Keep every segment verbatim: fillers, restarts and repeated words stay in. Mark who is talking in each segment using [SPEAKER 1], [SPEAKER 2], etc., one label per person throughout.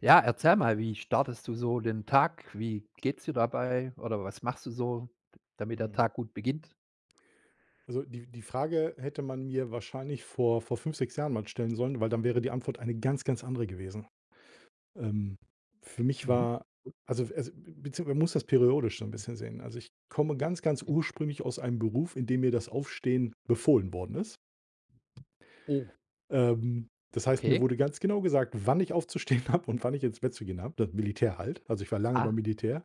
[SPEAKER 1] Ja, erzähl mal, wie startest du so den Tag? Wie geht's dir dabei? Oder was machst du so, damit der
[SPEAKER 2] Mhm.
[SPEAKER 1] Tag gut beginnt?
[SPEAKER 2] Also, die die Frage hätte man mir wahrscheinlich vor vor fünf sechs Jahren mal stellen sollen, weil dann wäre die Antwort eine ganz, ganz andere gewesen. Ähm, für mich
[SPEAKER 1] Mhm.
[SPEAKER 2] war also also, beziehungsweise man muss das periodisch so ein bisschen sehen. Also, ich komme ganz, ganz
[SPEAKER 1] Okay.
[SPEAKER 2] ursprünglich aus einem Beruf, in dem mir das Aufstehen befohlen worden ist.
[SPEAKER 1] Oh,
[SPEAKER 2] Ähm, Das heißt, mir
[SPEAKER 1] okay.
[SPEAKER 2] wurde ganz genau gesagt, wann ich aufzustehen habe und wann ich ins Bett zu gehen habe. Das Militär halt. Also, ich war lange
[SPEAKER 1] Ah.
[SPEAKER 2] beim Militär.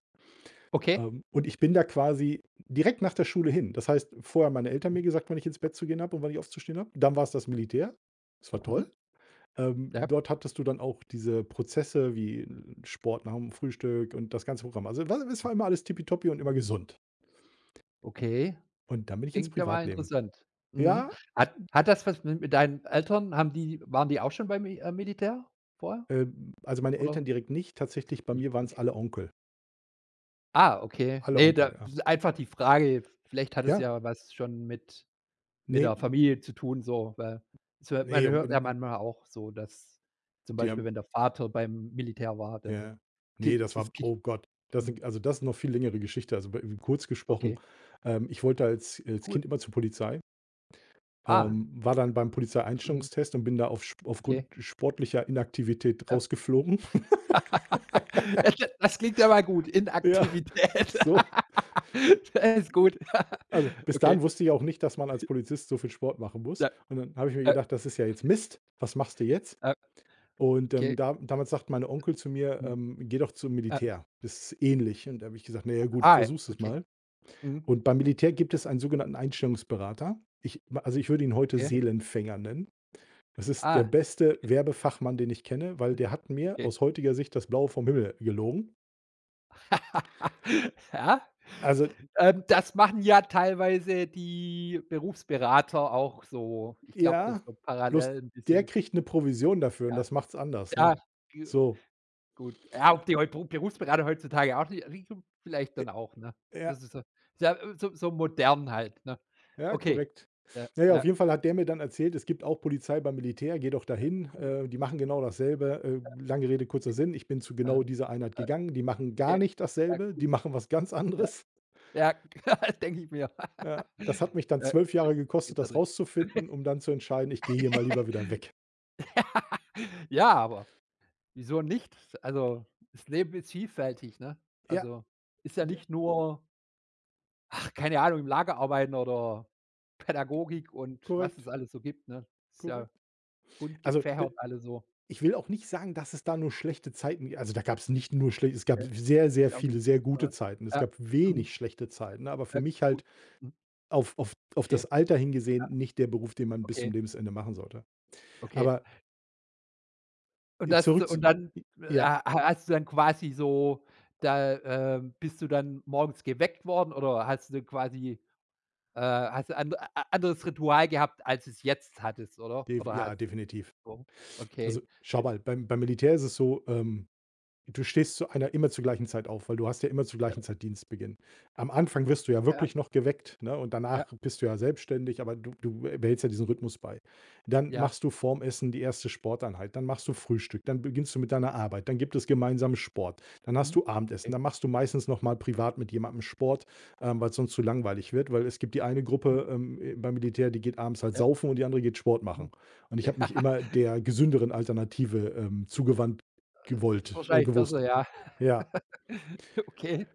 [SPEAKER 1] Okay.
[SPEAKER 2] Ähm, und ich bin da quasi direkt nach der Schule hin. Das heißt, vorher haben meine Eltern mir gesagt, wann ich ins Bett zu gehen habe und wann ich aufzustehen habe. Dann war es das Militär. Das war
[SPEAKER 1] Mhm.
[SPEAKER 2] toll. Ähm,
[SPEAKER 1] Ja.
[SPEAKER 2] dort hattest du dann auch diese Prozesse wie Sport nach dem Frühstück und das ganze Programm. Also, wa es war immer alles tippitoppi und immer gesund.
[SPEAKER 1] Okay.
[SPEAKER 2] Und dann bin ich ins
[SPEAKER 1] Klingt ja mal
[SPEAKER 2] Privatleben.
[SPEAKER 1] interessant. Mhm.
[SPEAKER 2] Ja,
[SPEAKER 1] Hat hat das was mit mit deinen Eltern, haben die waren die auch schon beim Mi äh, Militär vorher,
[SPEAKER 2] ähm, also meine
[SPEAKER 1] oder
[SPEAKER 2] Eltern direkt nicht. Tatsächlich bei
[SPEAKER 1] nicht?
[SPEAKER 2] mir waren es
[SPEAKER 1] Okay.
[SPEAKER 2] alle Onkel.
[SPEAKER 1] Ah, okay.
[SPEAKER 2] Alle
[SPEAKER 1] Ne,
[SPEAKER 2] Onkel,
[SPEAKER 1] da
[SPEAKER 2] ja.
[SPEAKER 1] einfach die Frage, vielleicht hat es
[SPEAKER 2] Ja,
[SPEAKER 1] ja was schon mit mit
[SPEAKER 2] nee,
[SPEAKER 1] der Familie zu tun, so, weil es hört man
[SPEAKER 2] nee um in
[SPEAKER 1] hört ja
[SPEAKER 2] in
[SPEAKER 1] manchmal auch so, dass zum Beispiel, wenn der Vater beim Militär war, dann
[SPEAKER 2] Ja. Nee,
[SPEAKER 1] die
[SPEAKER 2] das war
[SPEAKER 1] das Kind.
[SPEAKER 2] oh Gott, das
[SPEAKER 1] Hm.
[SPEAKER 2] sind also, das ist noch viel längere Geschichte. Also, be kurz gesprochen,
[SPEAKER 1] Okay.
[SPEAKER 2] ähm, ich wollte als als
[SPEAKER 1] Cool.
[SPEAKER 2] Kind immer zur Polizei, Oh.
[SPEAKER 1] Ah,
[SPEAKER 2] ähm, war dann beim
[SPEAKER 1] interessant,
[SPEAKER 2] Polizeieinstellungstest und bin da auf sp aufgrund
[SPEAKER 1] okay,
[SPEAKER 2] sportlicher Inaktivität
[SPEAKER 1] ja.
[SPEAKER 2] rausgeflogen.
[SPEAKER 1] Ja, das klingt ja mal gut,
[SPEAKER 2] Ja,
[SPEAKER 1] Inaktivität.
[SPEAKER 2] so.
[SPEAKER 1] Das ist gut.
[SPEAKER 2] Also, bis dahin
[SPEAKER 1] Okay,
[SPEAKER 2] wusste ich auch nicht, dass man als Polizist so viel Sport machen muss.
[SPEAKER 1] ja,
[SPEAKER 2] Und dann habe ich mir
[SPEAKER 1] äh,
[SPEAKER 2] gedacht: „Das ist ja jetzt Mist. Was machst du jetzt?“
[SPEAKER 1] äh,
[SPEAKER 2] Und, ähm,
[SPEAKER 1] okay,
[SPEAKER 2] da damals sagt mein Onkel zu mir:
[SPEAKER 1] hm,
[SPEAKER 2] „Ähm, geh doch zum
[SPEAKER 1] äh,
[SPEAKER 2] Militär. Das ist ähnlich.“ Und da habe ich gesagt: „Na ja, gut,
[SPEAKER 1] ah,
[SPEAKER 2] versuch's es
[SPEAKER 1] okay,
[SPEAKER 2] mal.“
[SPEAKER 1] mhm,
[SPEAKER 2] Und beim Militär gibt es einen sogenannten Einstellungsberater. Ich Also, ich würde ihn heute
[SPEAKER 1] okay,
[SPEAKER 2] Seelenfänger nennen. Das ist der
[SPEAKER 1] ah,
[SPEAKER 2] beste
[SPEAKER 1] okay,
[SPEAKER 2] Werbefachmann, den ich kenne, weil der hat mir
[SPEAKER 1] okay.
[SPEAKER 2] aus heutiger Sicht das Blaue vom Himmel gelogen.
[SPEAKER 1] Ja.
[SPEAKER 2] Also,
[SPEAKER 1] Ähm,
[SPEAKER 2] j
[SPEAKER 1] das machen ja teilweise die Berufsberater auch so. Ich glaube, das
[SPEAKER 2] ja,
[SPEAKER 1] ist so
[SPEAKER 2] bloß
[SPEAKER 1] parallel ein
[SPEAKER 2] der
[SPEAKER 1] bisschen.
[SPEAKER 2] kriegt eine Provision dafür und
[SPEAKER 1] Ja,
[SPEAKER 2] das macht's anders, ne?
[SPEAKER 1] ja, g
[SPEAKER 2] So,
[SPEAKER 1] gut. Ja, ob die heu Beru Berufsberater heutzutage auch nicht die- vielleicht dann
[SPEAKER 2] j
[SPEAKER 1] auch, ne?
[SPEAKER 2] ja,
[SPEAKER 1] Das ist so, ist ja, äh, so so modern halt, ne?
[SPEAKER 2] ja,
[SPEAKER 1] Okay.
[SPEAKER 2] korrekt.
[SPEAKER 1] Ja,
[SPEAKER 2] Naja, auf
[SPEAKER 1] ja,
[SPEAKER 2] jeden Fall hat der mir dann erzählt, es gibt auch Polizei beim Militär, geh doch dahin,
[SPEAKER 1] cool.
[SPEAKER 2] äh, die machen genau dasselbe. Äh, lange Rede, kurzer Sinn, ich bin zu
[SPEAKER 1] Äh,
[SPEAKER 2] genau dieser Einheit
[SPEAKER 1] äh,
[SPEAKER 2] gegangen. Die machen gar
[SPEAKER 1] okay.
[SPEAKER 2] nicht
[SPEAKER 1] Ja,
[SPEAKER 2] dasselbe,
[SPEAKER 1] cool.
[SPEAKER 2] die machen was ganz anderes.
[SPEAKER 1] Ja, ja, denke ich mir.
[SPEAKER 2] Ja, das hat mich dann
[SPEAKER 1] Ja,
[SPEAKER 2] zwölf Jahre gekostet, das rauszufinden, um dann zu entscheiden, ich gehe hier mal lieber wieder weg.
[SPEAKER 1] ja, aber wieso nicht? Also, das Leben ist vielfältig, ne?
[SPEAKER 2] Ja,
[SPEAKER 1] Also, ist ja
[SPEAKER 2] d
[SPEAKER 1] nicht nur, ach, keine Ahnung, im Lager arbeiten oder Pädagogik und was es
[SPEAKER 2] korrekt,
[SPEAKER 1] alles so gibt, ne? Ist ja
[SPEAKER 2] korrekt.
[SPEAKER 1] bunt
[SPEAKER 2] Also, d
[SPEAKER 1] gefächert alles so,
[SPEAKER 2] ich will auch nicht sagen, dass es da nur schlechte Zeiten gibt. Also, da gab es nicht nur schle es gab
[SPEAKER 1] äh,
[SPEAKER 2] sehr, sehr
[SPEAKER 1] glaube ich,
[SPEAKER 2] viele sehr gute
[SPEAKER 1] ne?
[SPEAKER 2] Zeiten. Es
[SPEAKER 1] Ja,
[SPEAKER 2] gab
[SPEAKER 1] mhm,
[SPEAKER 2] wenig schlechte Zeiten, aber für
[SPEAKER 1] ja,
[SPEAKER 2] mich halt
[SPEAKER 1] gut. Mhm,
[SPEAKER 2] auf auf auf das
[SPEAKER 1] okay,
[SPEAKER 2] Alter hingesehen nicht der Beruf, den man bis zum
[SPEAKER 1] okay,
[SPEAKER 2] Lebensende machen sollte.
[SPEAKER 1] okay.
[SPEAKER 2] Aber
[SPEAKER 1] Und
[SPEAKER 2] äh,
[SPEAKER 1] das
[SPEAKER 2] zurück
[SPEAKER 1] und
[SPEAKER 2] zu
[SPEAKER 1] dann, äh,
[SPEAKER 2] ja,
[SPEAKER 1] ha hast du dann quasi so da, ähm bist du dann morgens geweckt worden, oder hast du quasi Äh, hast du and a anderes Ritual gehabt, als es jetzt hattest, oder?
[SPEAKER 2] def
[SPEAKER 1] Oder hast
[SPEAKER 2] ja, definitiv.
[SPEAKER 1] du?
[SPEAKER 2] Also,
[SPEAKER 1] Okay.
[SPEAKER 2] schau
[SPEAKER 1] Und
[SPEAKER 2] mal, beim beim Militär ist es so, ähm du stehst zu
[SPEAKER 1] okay.
[SPEAKER 2] einer immer zur gleichen Zeit auf, weil du hast ja immer zur
[SPEAKER 1] Ja,
[SPEAKER 2] gleichen Zeit Dienstbeginn. Am Anfang wirst du ja
[SPEAKER 1] ja,
[SPEAKER 2] wirklich noch geweckt, ne, und
[SPEAKER 1] ja,
[SPEAKER 2] danach bist du ja selbstständig, aber du du behältst ja diesen Rhythmus bei. Dann
[SPEAKER 1] ja.
[SPEAKER 2] machst du vorm Essen die erste Sporteinheit, dann machst du Frühstück, dann beginnst du mit deiner Arbeit, dann gibt es gemeinsamen Sport, dann hast
[SPEAKER 1] Mhm.
[SPEAKER 2] du Abendessen,
[SPEAKER 1] Okay.
[SPEAKER 2] dann machst du meistens noch mal privat mit jemandem Sport, ähm, weil's sonst zu langweilig wird, weil es gibt die eine
[SPEAKER 1] Mhm.
[SPEAKER 2] Gruppe, ähm, äh, beim Militär, die geht abends halt
[SPEAKER 1] Ja.
[SPEAKER 2] saufen und die andere geht Sport
[SPEAKER 1] Mhm.
[SPEAKER 2] machen. Und ich habe mich immer der gesünderen Alternative, ähm, zugewandt.
[SPEAKER 1] Ja, ist
[SPEAKER 2] Gewollt, äh,
[SPEAKER 1] wahrscheinlich
[SPEAKER 2] gewusst.
[SPEAKER 1] besser, ja.
[SPEAKER 2] Ja.
[SPEAKER 1] Okay,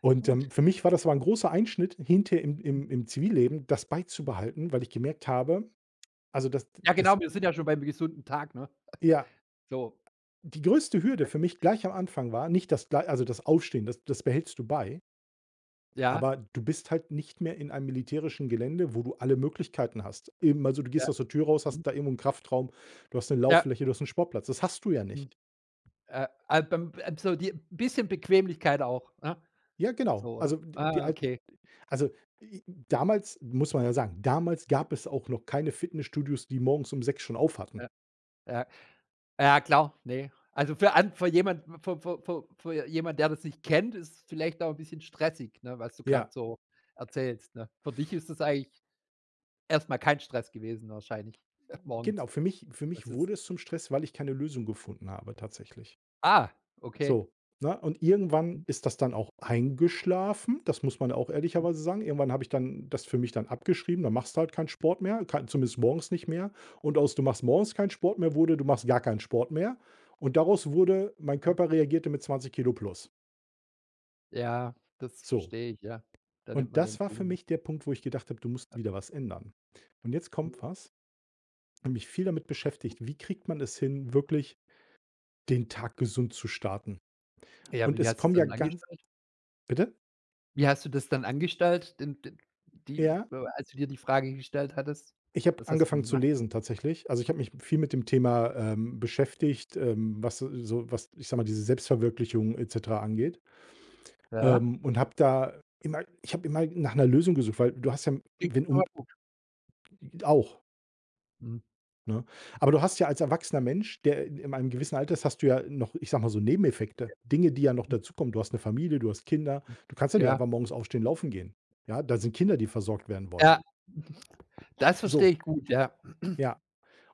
[SPEAKER 2] Und,
[SPEAKER 1] gut.
[SPEAKER 2] ähm, für mich war das aber ein großer Einschnitt hinter im im im Zivilleben, das beizubehalten, weil ich gemerkt habe, also, dass
[SPEAKER 1] Ja,
[SPEAKER 2] das
[SPEAKER 1] genau, wir sind ja schon beim gesunden Tag, ne?
[SPEAKER 2] eher
[SPEAKER 1] So.
[SPEAKER 2] die größte Hürde für mich gleich am Anfang war, nicht das glei also, das Aufstehen, das das behältst du bei,
[SPEAKER 1] Ja,
[SPEAKER 2] aber du bist halt nicht mehr in einem militärischen Gelände, wo du alle Möglichkeiten hast. Eben, also, du gehst
[SPEAKER 1] ja,
[SPEAKER 2] aus der Tür raus, hast
[SPEAKER 1] mhm,
[SPEAKER 2] da irgendwo einen Kraftraum, du hast eine
[SPEAKER 1] ja,
[SPEAKER 2] Lauffläche, du hast einen Sportplatz. Das hast du ja
[SPEAKER 1] mhm,
[SPEAKER 2] nicht.
[SPEAKER 1] äh, ah, beim äh, so die bisschen Bequemlichkeit auch, ne?
[SPEAKER 2] Ja, genau.
[SPEAKER 1] So, oder?
[SPEAKER 2] Also, die
[SPEAKER 1] Ah, okay.
[SPEAKER 2] Also, i damals muss man ja sagen, damals gab es auch noch keine Fitnessstudios, die morgens um sechs schon auf hatten.
[SPEAKER 1] Ja, ja. Ja, klar, ne. Also für an für jemand für für für für jemand, der das nicht kennt, ist vielleicht auch ein bisschen stressig, ne, was du gerade
[SPEAKER 2] Ja,
[SPEAKER 1] so erzählst, ne? Für dich ist das eigentlich erstmal kein Stress gewesen wahrscheinlich morgens.
[SPEAKER 2] genau. Für mich für mich
[SPEAKER 1] Das ist
[SPEAKER 2] wurde es zum Stress, weil ich keine Lösung gefunden habe tatsächlich.
[SPEAKER 1] Ah, okay.
[SPEAKER 2] So, ne? Und irgendwann ist das dann auch eingeschlafen. Das muss man auch
[SPEAKER 1] Mhm,
[SPEAKER 2] ehrlicherweise sagen. Irgendwann habe ich dann das für mich dann abgeschrieben. Dann machst du halt keinen Sport mehr, kei zumindest morgens nicht mehr. Und aus du machst morgens keinen Sport mehr wurde, du machst gar keinen Sport mehr. Und daraus wurde, mein
[SPEAKER 1] interessant.
[SPEAKER 2] Körper reagierte mit zwanzig Kilo plus.
[SPEAKER 1] Ja, das
[SPEAKER 2] So.
[SPEAKER 1] verstehe ich, ja. Da nimmt
[SPEAKER 2] Und
[SPEAKER 1] man
[SPEAKER 2] das
[SPEAKER 1] dann
[SPEAKER 2] war
[SPEAKER 1] zu,
[SPEAKER 2] für
[SPEAKER 1] ne?
[SPEAKER 2] mich der Punkt, wo ich gedacht habe: „Du musst wieder was ändern.“ Und jetzt kommt
[SPEAKER 1] Mhm.
[SPEAKER 2] was, habe mich viel damit beschäftigt, wie kriegt man es hin, wirklich den Tag gesund zu starten?
[SPEAKER 1] Ja,
[SPEAKER 2] Und
[SPEAKER 1] wie
[SPEAKER 2] es
[SPEAKER 1] hast du das
[SPEAKER 2] kommen ja
[SPEAKER 1] dann
[SPEAKER 2] ganz
[SPEAKER 1] angestellt?
[SPEAKER 2] bitte?
[SPEAKER 1] Wie hast du das dann angestellt, den den die
[SPEAKER 2] Ja,
[SPEAKER 1] äh, als du dir die Frage gestellt hattest?
[SPEAKER 2] ich habe
[SPEAKER 1] Was hast du dann
[SPEAKER 2] angefangen zu
[SPEAKER 1] gemacht?
[SPEAKER 2] lesen tatsächlich. Also, ich habe mich viel mit dem Thema, ähm, beschäftigt, ähm, was so so, was, ich sage mal, diese Selbstverwirklichung et cetera angeht,
[SPEAKER 1] Ja.
[SPEAKER 2] ähm, und habe da immer ich habe immer nach einer Lösung gesucht, weil du hast ja wenn um auch.
[SPEAKER 1] Mhm.
[SPEAKER 2] Ne? Aber du hast ja als erwachsener Mensch, der in in einem gewissen Alter ist, hast du ja noch, ich sag mal so, Nebeneffekte. Dinge, die ja noch
[SPEAKER 1] Mhm.
[SPEAKER 2] dazukommen. Du hast eine Familie, du hast Kinder. Du kannst ja nicht
[SPEAKER 1] Ja.
[SPEAKER 2] einfach morgens aufstehen, laufen gehen. Ja, da sind Kinder, die versorgt werden wollen.
[SPEAKER 1] Ja. Das verstehe
[SPEAKER 2] So,
[SPEAKER 1] ich gut, ja.
[SPEAKER 2] ja.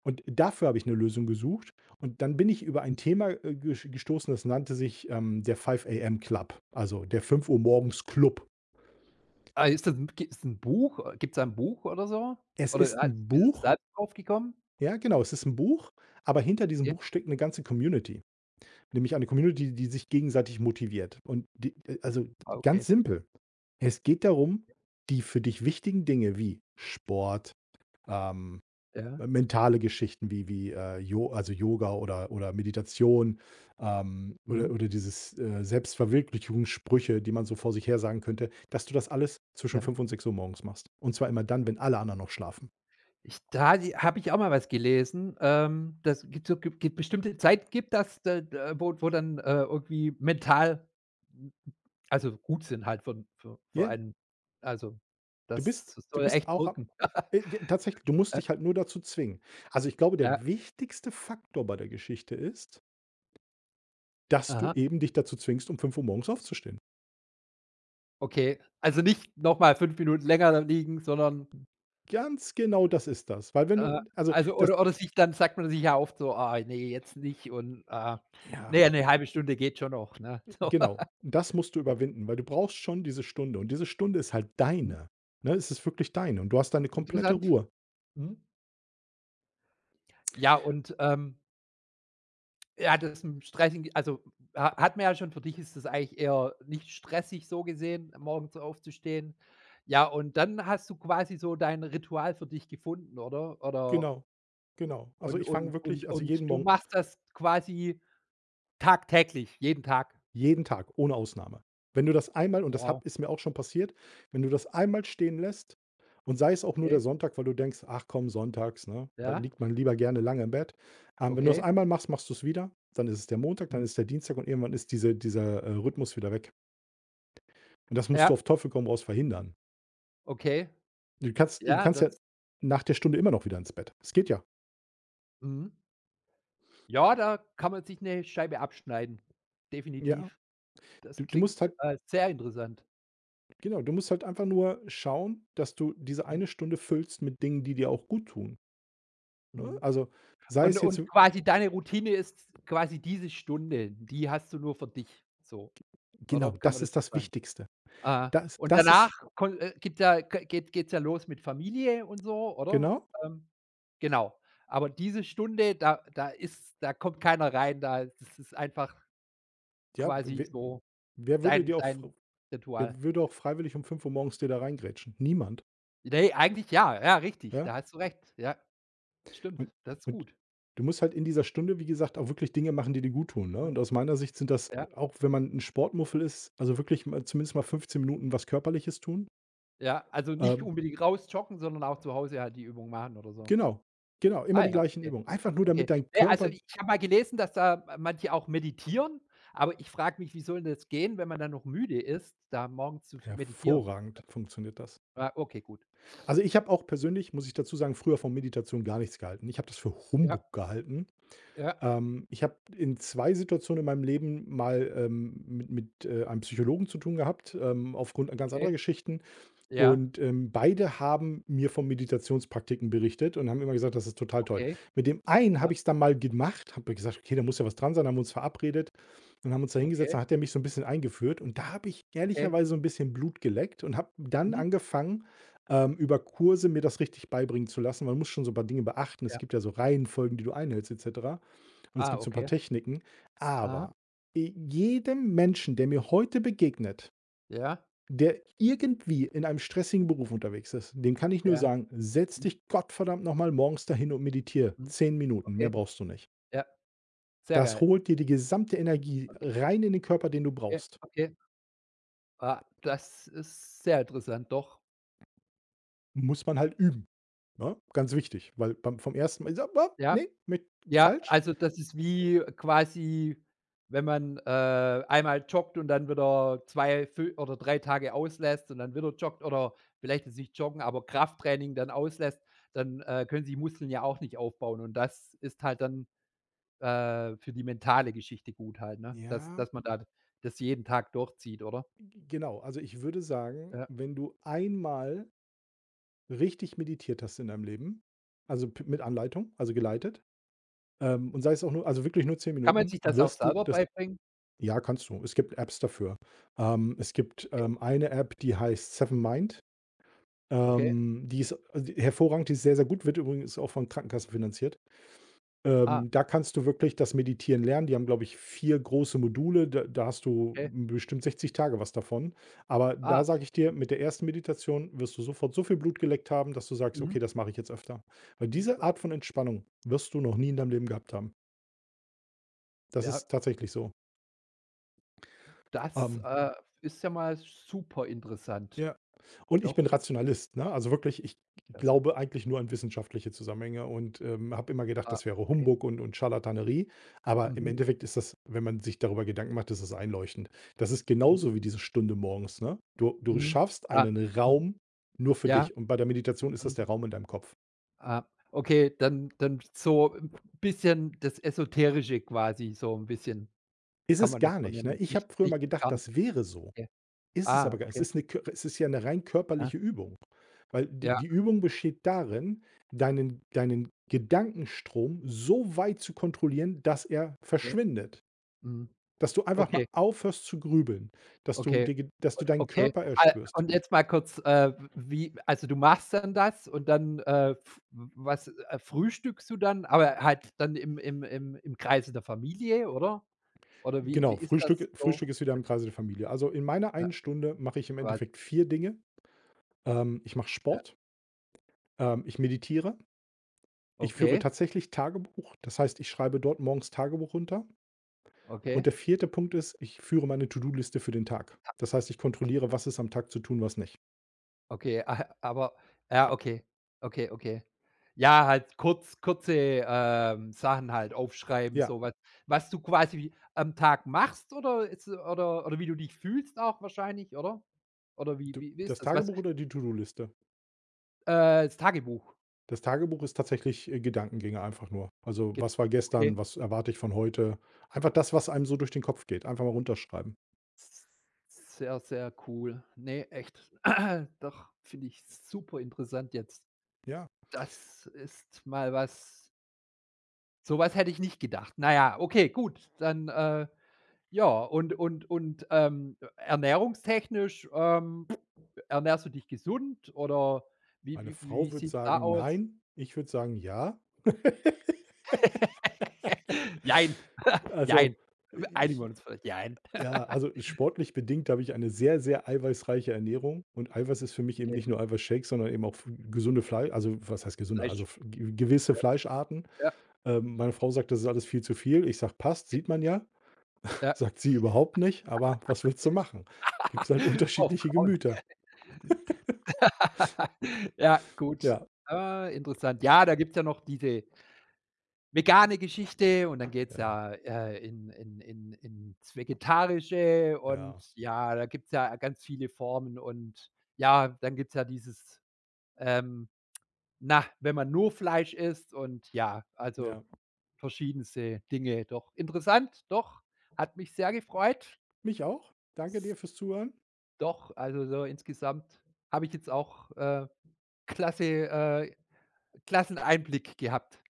[SPEAKER 2] Und dafür habe ich eine Lösung gesucht. Und dann bin ich über ein Thema, äh, gesch gestoßen, das nannte sich, ähm, der five a m Club, also der fünf Uhr morgens Club.
[SPEAKER 1] Ah, ist das 'n g ist 'n Buch? äh, Gibt's da 'n Buch oder so?
[SPEAKER 2] Es
[SPEAKER 1] Oder
[SPEAKER 2] ist
[SPEAKER 1] halt
[SPEAKER 2] ein
[SPEAKER 1] bist du
[SPEAKER 2] Buch,
[SPEAKER 1] selbst drauf gekommen?
[SPEAKER 2] ja, genau, es ist ein Buch, aber hinter diesem
[SPEAKER 1] Okay.
[SPEAKER 2] Buch steckt eine ganze Community. Nämlich eine Community, die sich gegenseitig motiviert. Und die äh, also
[SPEAKER 1] Ah,
[SPEAKER 2] ganz
[SPEAKER 1] okay.
[SPEAKER 2] simpel. Es geht darum, die für dich wichtigen Dinge wie Sport, ähm,
[SPEAKER 1] Ja.
[SPEAKER 2] mentale Geschichten wie wie, äh, Jo also Yoga oder oder Meditation, ähm, oder
[SPEAKER 1] Mhm.
[SPEAKER 2] oder dieses, äh, Selbstverwirklichungssprüche, die man so vor sich her sagen könnte, dass du das alles zwischen
[SPEAKER 1] Ja.
[SPEAKER 2] fünf und sechs Uhr morgens machst. Und zwar immer dann, wenn alle anderen noch schlafen.
[SPEAKER 1] Ich da die habe ich auch mal was gelesen. Ähm, das gibt so, gibt gibt bestimmte Zeit, gibt das, da da wo wo dann, äh, irgendwie mental, also gut sind halt für für für
[SPEAKER 2] Ja.
[SPEAKER 1] einen. Also,
[SPEAKER 2] Du bist
[SPEAKER 1] das
[SPEAKER 2] du
[SPEAKER 1] soll
[SPEAKER 2] bist
[SPEAKER 1] echt
[SPEAKER 2] auch ab
[SPEAKER 1] wirken.
[SPEAKER 2] äh, d tatsächlich, du musst
[SPEAKER 1] Ja,
[SPEAKER 2] dich halt nur dazu zwingen. Also, ich glaube,
[SPEAKER 1] ja,
[SPEAKER 2] der wichtigste Faktor bei der Geschichte ist, dass du
[SPEAKER 1] aha,
[SPEAKER 2] eben dich dazu zwingst, um fünf Uhr morgens aufzustehen.
[SPEAKER 1] okay. Also, nicht noch mal fünf Minuten länger liegen, sondern
[SPEAKER 2] Ganz genau, das ist das, weil wenn du
[SPEAKER 1] Äh,
[SPEAKER 2] also,
[SPEAKER 1] also
[SPEAKER 2] das
[SPEAKER 1] oder oder sich dann sagt man sich ja oft so: „Ah, ne, jetzt nicht“ und, äh, na
[SPEAKER 2] ja,
[SPEAKER 1] ja, 'ne halbe Stunde geht schon noch, ne? So.
[SPEAKER 2] genau. Das musst du
[SPEAKER 1] Gut.
[SPEAKER 2] überwinden, weil du brauchst schon diese Stunde und diese Stunde ist halt
[SPEAKER 1] Mhm.
[SPEAKER 2] deine, ne? Es ist wirklich deine und du hast deine komplette
[SPEAKER 1] Interessant.
[SPEAKER 2] Ruhe.
[SPEAKER 1] Mhm. Ja, und, ähm, ja, das mit dem stressigen, also, ha hatten wir ja schon, für dich ist das eigentlich eher nicht stressig so gesehen, morgens aufzustehen. Ja, und dann hast du quasi so dein Ritual für dich gefunden, oder? Oder
[SPEAKER 2] Genau, genau. Also,
[SPEAKER 1] und
[SPEAKER 2] ich fange
[SPEAKER 1] und
[SPEAKER 2] wirklich
[SPEAKER 1] und
[SPEAKER 2] also,
[SPEAKER 1] und
[SPEAKER 2] jeden
[SPEAKER 1] du
[SPEAKER 2] Morgen.
[SPEAKER 1] machst das quasi tagtäglich, jeden Tag?
[SPEAKER 2] Jeden Tag, ohne Ausnahme. Wenn du das einmal und das habe
[SPEAKER 1] Wow,
[SPEAKER 2] ist mir auch schon passiert, wenn du das einmal stehen lässt und sei es auch nur
[SPEAKER 1] okay.
[SPEAKER 2] der Sonntag, weil du denkst: „Ach komm, sonntags, ne? Da
[SPEAKER 1] Ja,
[SPEAKER 2] liegt man lieber gerne lange im Bett.“ Ähm, wenn du das
[SPEAKER 1] okay.
[SPEAKER 2] einmal machst, machst du es wieder, dann ist es der Montag,
[SPEAKER 1] Mhm.
[SPEAKER 2] dann ist der Dienstag und irgendwann ist diese dieser, äh, Rhythmus wieder weg. Und das musst du
[SPEAKER 1] Ja.
[SPEAKER 2] auf Teufel komm raus verhindern.
[SPEAKER 1] Okay,
[SPEAKER 2] Du kannst du
[SPEAKER 1] ja,
[SPEAKER 2] kannst ja
[SPEAKER 1] das
[SPEAKER 2] nach der Stunde immer noch wieder ins Bett. Es geht ja.
[SPEAKER 1] mhm. Ja, da kann man sich 'ne Scheibe abschneiden,
[SPEAKER 2] Ja,
[SPEAKER 1] definitiv.
[SPEAKER 2] du
[SPEAKER 1] Das
[SPEAKER 2] du musst
[SPEAKER 1] klingt,
[SPEAKER 2] halt
[SPEAKER 1] äh, sehr interessant.
[SPEAKER 2] genau, du musst halt einfach nur schauen, dass du diese
[SPEAKER 1] Mhm,
[SPEAKER 2] eine Stunde füllst mit Dingen, die dir auch gut tun. Ne?
[SPEAKER 1] mhm.
[SPEAKER 2] Also, sei
[SPEAKER 1] Und
[SPEAKER 2] es jetzt
[SPEAKER 1] und quasi deine Routine ist quasi diese Stunde, die hast du nur für dich so,
[SPEAKER 2] genau,
[SPEAKER 1] oder? Kann
[SPEAKER 2] das
[SPEAKER 1] man das
[SPEAKER 2] ist
[SPEAKER 1] so
[SPEAKER 2] das
[SPEAKER 1] sagen?
[SPEAKER 2] Wichtigste.
[SPEAKER 1] Ah,
[SPEAKER 2] Das
[SPEAKER 1] und
[SPEAKER 2] das
[SPEAKER 1] danach
[SPEAKER 2] ist
[SPEAKER 1] kon äh, gibt ja ge geht geht's ja los mit Familie und so, oder?
[SPEAKER 2] genau,
[SPEAKER 1] Ähm, genau. Aber diese Stunde, da da ist da kommt keiner rein, da das ist einfach
[SPEAKER 2] ja,
[SPEAKER 1] quasi
[SPEAKER 2] we
[SPEAKER 1] so
[SPEAKER 2] wer würde
[SPEAKER 1] dein
[SPEAKER 2] dir auch
[SPEAKER 1] dein
[SPEAKER 2] fr
[SPEAKER 1] Ritual.
[SPEAKER 2] wer würde auch freiwillig um fünf Uhr morgens dir da reingrätschen? Niemand,
[SPEAKER 1] Ne, eigentlich ja, ja, richtig,
[SPEAKER 2] ja?
[SPEAKER 1] da hast du recht. Ja, stimmt,
[SPEAKER 2] Und
[SPEAKER 1] das ist
[SPEAKER 2] und
[SPEAKER 1] gut.
[SPEAKER 2] du musst halt in dieser Stunde, wie gesagt, auch wirklich Dinge machen, die dir guttun, ne?
[SPEAKER 1] Mhm.
[SPEAKER 2] Und aus meiner Sicht sind das,
[SPEAKER 1] Ja,
[SPEAKER 2] auch wenn man ein Sportmuffel ist, also wirklich mal zumindest mal fünfzehn Minuten was Körperliches tun.
[SPEAKER 1] ja, also nicht
[SPEAKER 2] Ähm,
[SPEAKER 1] unbedingt raus joggen, sondern auch zu Hause halt die Übung machen oder so.
[SPEAKER 2] genau, genau, immer
[SPEAKER 1] Ah
[SPEAKER 2] die
[SPEAKER 1] ja,
[SPEAKER 2] gleichen
[SPEAKER 1] okay,
[SPEAKER 2] Übungen. Einfach nur,
[SPEAKER 1] okay.
[SPEAKER 2] damit dein
[SPEAKER 1] Ne, also
[SPEAKER 2] Körper
[SPEAKER 1] ich habe mal gelesen, dass da manche auch meditieren, aber ich frage mich, wie soll denn das gehen, wenn man dann noch müde ist, da morgens zu meditieren?
[SPEAKER 2] hervorragend funktioniert das.
[SPEAKER 1] Ah, okay, gut.
[SPEAKER 2] Also, ich habe auch persönlich, muss ich dazu sagen, früher von Meditation gar nichts gehalten. Ich habe das für
[SPEAKER 1] Ja,
[SPEAKER 2] Humbug gehalten.
[SPEAKER 1] ja,
[SPEAKER 2] Ähm, ich habe in zwei Situationen in meinem Leben mal, ähm, mit mit, äh, einem Psychologen zu tun gehabt, ähm, aufgrund ganz anderer
[SPEAKER 1] okay,
[SPEAKER 2] Geschichten.
[SPEAKER 1] ja,
[SPEAKER 2] Und, ähm, beide haben mir von Meditationspraktiken berichtet und haben immer gesagt, das ist total toll.
[SPEAKER 1] okay,
[SPEAKER 2] Mit dem einen
[SPEAKER 1] ja,
[SPEAKER 2] habe ich es dann mal gemacht, habe gesagt: „Okay, da muss ja was dran sein“, haben wir uns verabredet und haben uns da hingesetzt, dann
[SPEAKER 1] okay,
[SPEAKER 2] hat der mich so ein bisschen eingeführt und da habe ich
[SPEAKER 1] okay,
[SPEAKER 2] ehrlicherweise so ein bisschen Blut geleckt und habe dann
[SPEAKER 1] mhm,
[SPEAKER 2] angefangen, ähm, über Kurse mir das richtig beibringen zu lassen. Man muss schon so ein paar Dinge beachten. Es
[SPEAKER 1] ja.
[SPEAKER 2] gibt ja so Reihenfolgen, die du einhältst et cetera, und es
[SPEAKER 1] Ah,
[SPEAKER 2] gibt so ein paar
[SPEAKER 1] okay,
[SPEAKER 2] Techniken.
[SPEAKER 1] aha,
[SPEAKER 2] Aber, äh, jedem Menschen, der mir heute begegnet,
[SPEAKER 1] ja,
[SPEAKER 2] der irgendwie in einem stressigen Beruf unterwegs ist, dem kann ich nur
[SPEAKER 1] ja,
[SPEAKER 2] sagen: „Setz
[SPEAKER 1] mhm,
[SPEAKER 2] dich gottverdammt nochmal morgens dahin und meditiere
[SPEAKER 1] mhm,
[SPEAKER 2] zehn Minuten, mehr
[SPEAKER 1] okay,
[SPEAKER 2] brauchst du nicht.“
[SPEAKER 1] ja, sehr
[SPEAKER 2] Das
[SPEAKER 1] geil.
[SPEAKER 2] holt dir die gesamte Energie rein in den Körper, den du
[SPEAKER 1] Okay,
[SPEAKER 2] brauchst.
[SPEAKER 1] okay. Ah, das ist sehr interessant, doch.
[SPEAKER 2] Muss man halt üben, ne? Ganz wichtig, weil beim vom ersten Mal,
[SPEAKER 1] Ja,
[SPEAKER 2] ne, mit
[SPEAKER 1] ja,
[SPEAKER 2] falsch.
[SPEAKER 1] also das ist wie quasi, wenn man, äh, einmal joggt und dann wieder zwei fü oder drei Tage auslässt und dann wieder joggt, oder vielleicht jetzt nicht joggen, aber Krafttraining dann auslässt, dann, äh, können sich Muskeln ja auch nicht aufbauen, und das ist halt dann, äh, für die mentale Geschichte gut halt, ne? Dass
[SPEAKER 2] Ja,
[SPEAKER 1] dass man da das jeden Tag durchzieht, oder?
[SPEAKER 2] genau. Also, ich würde sagen,
[SPEAKER 1] Ja.
[SPEAKER 2] wenn du einmal richtig meditiert hast in deinem Leben, also, p mit Anleitung, also, geleitet, ähm, und sei es auch nur, also, wirklich nur zehn
[SPEAKER 1] Kann man
[SPEAKER 2] Minuten,
[SPEAKER 1] sich das auch
[SPEAKER 2] wirst du
[SPEAKER 1] selber
[SPEAKER 2] das.
[SPEAKER 1] beibringen?
[SPEAKER 2] Ja, kannst du. Es gibt Apps dafür. Ähm, es gibt,
[SPEAKER 1] Okay,
[SPEAKER 2] ähm, eine App, die heißt Seven Mind.
[SPEAKER 1] okay.
[SPEAKER 2] Ähm, die ist also die- hervorragend, die ist sehr, sehr gut, wird übrigens auch von Krankenkassen finanziert.
[SPEAKER 1] Ah,
[SPEAKER 2] Ähm, da kannst du wirklich das Meditieren lernen. Die haben, glaube ich, vier große Module. Da da hast du
[SPEAKER 1] okay.
[SPEAKER 2] bestimmt sechzig Tage was davon. Aber da
[SPEAKER 1] Ah,
[SPEAKER 2] sage ich dir,
[SPEAKER 1] okay.
[SPEAKER 2] mit der ersten Meditation wirst du sofort so viel Blut geleckt haben, dass du sagst:
[SPEAKER 1] Mhm.
[SPEAKER 2] „Okay, das mache ich jetzt öfter.“ Weil diese Art von Entspannung wirst du noch nie in deinem Leben gehabt haben. Das
[SPEAKER 1] Ja,
[SPEAKER 2] ist tatsächlich so.
[SPEAKER 1] das,
[SPEAKER 2] Ähm,
[SPEAKER 1] äh, ist ja mal super interessant.
[SPEAKER 2] ja. Und ich bin
[SPEAKER 1] Doch,
[SPEAKER 2] Rationalist, ne? Also wirklich, ich
[SPEAKER 1] klasse.
[SPEAKER 2] glaube eigentlich nur an wissenschaftliche Zusammenhänge und, ähm, habe immer gedacht,
[SPEAKER 1] Ah,
[SPEAKER 2] das wäre
[SPEAKER 1] okay.
[SPEAKER 2] Humbug und und Scharlatanerie. Aber im
[SPEAKER 1] Mhm,
[SPEAKER 2] Endeffekt ist das, wenn man sich darüber Gedanken macht, ist das einleuchtend. Das ist
[SPEAKER 1] mhm,
[SPEAKER 2] genauso wie diese Stunde morgens, ne? Du du
[SPEAKER 1] mhm.
[SPEAKER 2] schaffst
[SPEAKER 1] Ah,
[SPEAKER 2] einen
[SPEAKER 1] hm,
[SPEAKER 2] Raum nur für
[SPEAKER 1] ja,
[SPEAKER 2] dich, und bei der Meditation ist das
[SPEAKER 1] hm,
[SPEAKER 2] der Raum in deinem Kopf.
[SPEAKER 1] ah, okay, dann dann so 'n bisschen das Esoterische quasi, so ein bisschen.
[SPEAKER 2] Ist
[SPEAKER 1] Kann
[SPEAKER 2] es
[SPEAKER 1] man das
[SPEAKER 2] gar
[SPEAKER 1] so
[SPEAKER 2] nicht, ne?
[SPEAKER 1] nennen?
[SPEAKER 2] Ich habe
[SPEAKER 1] Nicht
[SPEAKER 2] früher
[SPEAKER 1] nicht
[SPEAKER 2] mal gedacht,
[SPEAKER 1] gar nicht,
[SPEAKER 2] das wäre so.
[SPEAKER 1] okay.
[SPEAKER 2] Ist es
[SPEAKER 1] Ah,
[SPEAKER 2] aber gar nicht. Es
[SPEAKER 1] okay.
[SPEAKER 2] ist eine, kö, es ist ja eine rein
[SPEAKER 1] Ah,
[SPEAKER 2] körperliche Übung, weil die
[SPEAKER 1] ja,
[SPEAKER 2] die Übung besteht darin, deinen deinen Gedankenstrom so weit zu kontrollieren, dass er
[SPEAKER 1] okay.
[SPEAKER 2] verschwindet.
[SPEAKER 1] Mhm.
[SPEAKER 2] Dass du einfach
[SPEAKER 1] Okay.
[SPEAKER 2] mal aufhörst zu grübeln, dass du
[SPEAKER 1] Okay.
[SPEAKER 2] dir Ge, dass du
[SPEAKER 1] Und
[SPEAKER 2] deinen
[SPEAKER 1] okay.
[SPEAKER 2] Körper
[SPEAKER 1] Al
[SPEAKER 2] erspürst.
[SPEAKER 1] Und jetzt mal kurz, äh, wie, also, du machst dann das und dann, äh, f was, äh, frühstückst du dann, aber halt dann im im im im Kreise der Familie, oder? Oder wie
[SPEAKER 2] Genau,
[SPEAKER 1] wie ist das
[SPEAKER 2] Frühstück
[SPEAKER 1] so?
[SPEAKER 2] Frühstück ist wieder im Kreise der Familie. Also, in meiner
[SPEAKER 1] Ja,
[SPEAKER 2] einen Stunde mache ich im
[SPEAKER 1] quasi,
[SPEAKER 2] Endeffekt vier Dinge. Ähm, ich mache
[SPEAKER 1] ja.
[SPEAKER 2] Sport, ähm, ich meditiere, ich führe
[SPEAKER 1] Okay,
[SPEAKER 2] tatsächlich Tagebuch. Das heißt, ich schreibe dort morgens Tagebuch runter. Und
[SPEAKER 1] okay.
[SPEAKER 2] der vierte Punkt ist, ich führe meine To-do-Liste für den Tag. Das heißt, ich kontrolliere, was ist am Tag zu tun, was nicht.
[SPEAKER 1] Okay, a aber ja, okay. Okay, okay. Ja, halt kurz kurze, ähm, Sachen halt aufschreiben,
[SPEAKER 2] Ja,
[SPEAKER 1] so was was du quasi am Tag machst, oder ist oder oder wie du dich fühlst auch wahrscheinlich, oder? Oder wie
[SPEAKER 2] du
[SPEAKER 1] wie wie
[SPEAKER 2] das
[SPEAKER 1] ist das? Was,
[SPEAKER 2] Tagebuch oder die To-do-Liste?
[SPEAKER 1] äh, das Tagebuch
[SPEAKER 2] Das Tagebuch ist tatsächlich, äh, Gedankengänge einfach nur. Also,
[SPEAKER 1] gibt,
[SPEAKER 2] was war
[SPEAKER 1] okay.
[SPEAKER 2] gestern? Was erwarte ich von heute? Einfach das, was einem so durch den Kopf geht, einfach mal runterschreiben.
[SPEAKER 1] S sehr, sehr cool. Ne, echt. Doch, finde ich super interessant jetzt.
[SPEAKER 2] Ja,
[SPEAKER 1] Das ist mal was. Sowas hätte ich nicht gedacht. Na ja, okay, gut, dann, äh Ja, und und und, ähm, ernährungstechnisch, ähm, ernährst du dich gesund, oder wie
[SPEAKER 2] meine
[SPEAKER 1] wie
[SPEAKER 2] Frau
[SPEAKER 1] wie
[SPEAKER 2] würde
[SPEAKER 1] sieht's da
[SPEAKER 2] sagen:
[SPEAKER 1] aus?
[SPEAKER 2] „Nein“, ich würde sagen: „Ja.“
[SPEAKER 1] Jein, jein.
[SPEAKER 2] Also, äh,
[SPEAKER 1] Einigen wir
[SPEAKER 2] ich.
[SPEAKER 1] uns vielleicht, jein.
[SPEAKER 2] Ja, also sportlich bedingt habe ich eine sehr, sehr eiweißreiche Ernährung, und Eiweiß ist für mich eben
[SPEAKER 1] Okay,
[SPEAKER 2] nicht nur Eiweißshakes, sondern eben auch f- gesunde Fleisch, also was heißt gesunde, also
[SPEAKER 1] Fleisch.
[SPEAKER 2] f- ge- gewisse
[SPEAKER 1] Ja,
[SPEAKER 2] Fleischarten.
[SPEAKER 1] ja,
[SPEAKER 2] Ähm, meine Frau sagt, das ist alles viel zu viel. Ich sage, passt,
[SPEAKER 1] ja,
[SPEAKER 2] sieht man ja. Sagt sie überhaupt nicht, aber was willst du machen? Gibt es halt
[SPEAKER 1] Oh,
[SPEAKER 2] unterschiedliche
[SPEAKER 1] Frauen.
[SPEAKER 2] Gemüter.
[SPEAKER 1] Ja, gut.
[SPEAKER 2] Ja,
[SPEAKER 1] Ah, interessant. Ja, da gibt's ja noch diese vegane Geschichte und dann geht's
[SPEAKER 2] ja,
[SPEAKER 1] ja, äh, in in in ins Vegetarische und
[SPEAKER 2] ja,
[SPEAKER 1] ja, da gibt's ja ganz viele Formen und ja, dann gibt's ja dieses, ähm, na, wenn man nur Fleisch isst und ja, also
[SPEAKER 2] ja.
[SPEAKER 1] verschiedenste Dinge. Doch interessant, doch, hat mich sehr gefreut.
[SPEAKER 2] Mich auch. Danke dir
[SPEAKER 1] S
[SPEAKER 2] fürs Zuhören.
[SPEAKER 1] doch, also so insgesamt habe ich jetzt auch, äh, klasse äh, klassen Einblick gehabt.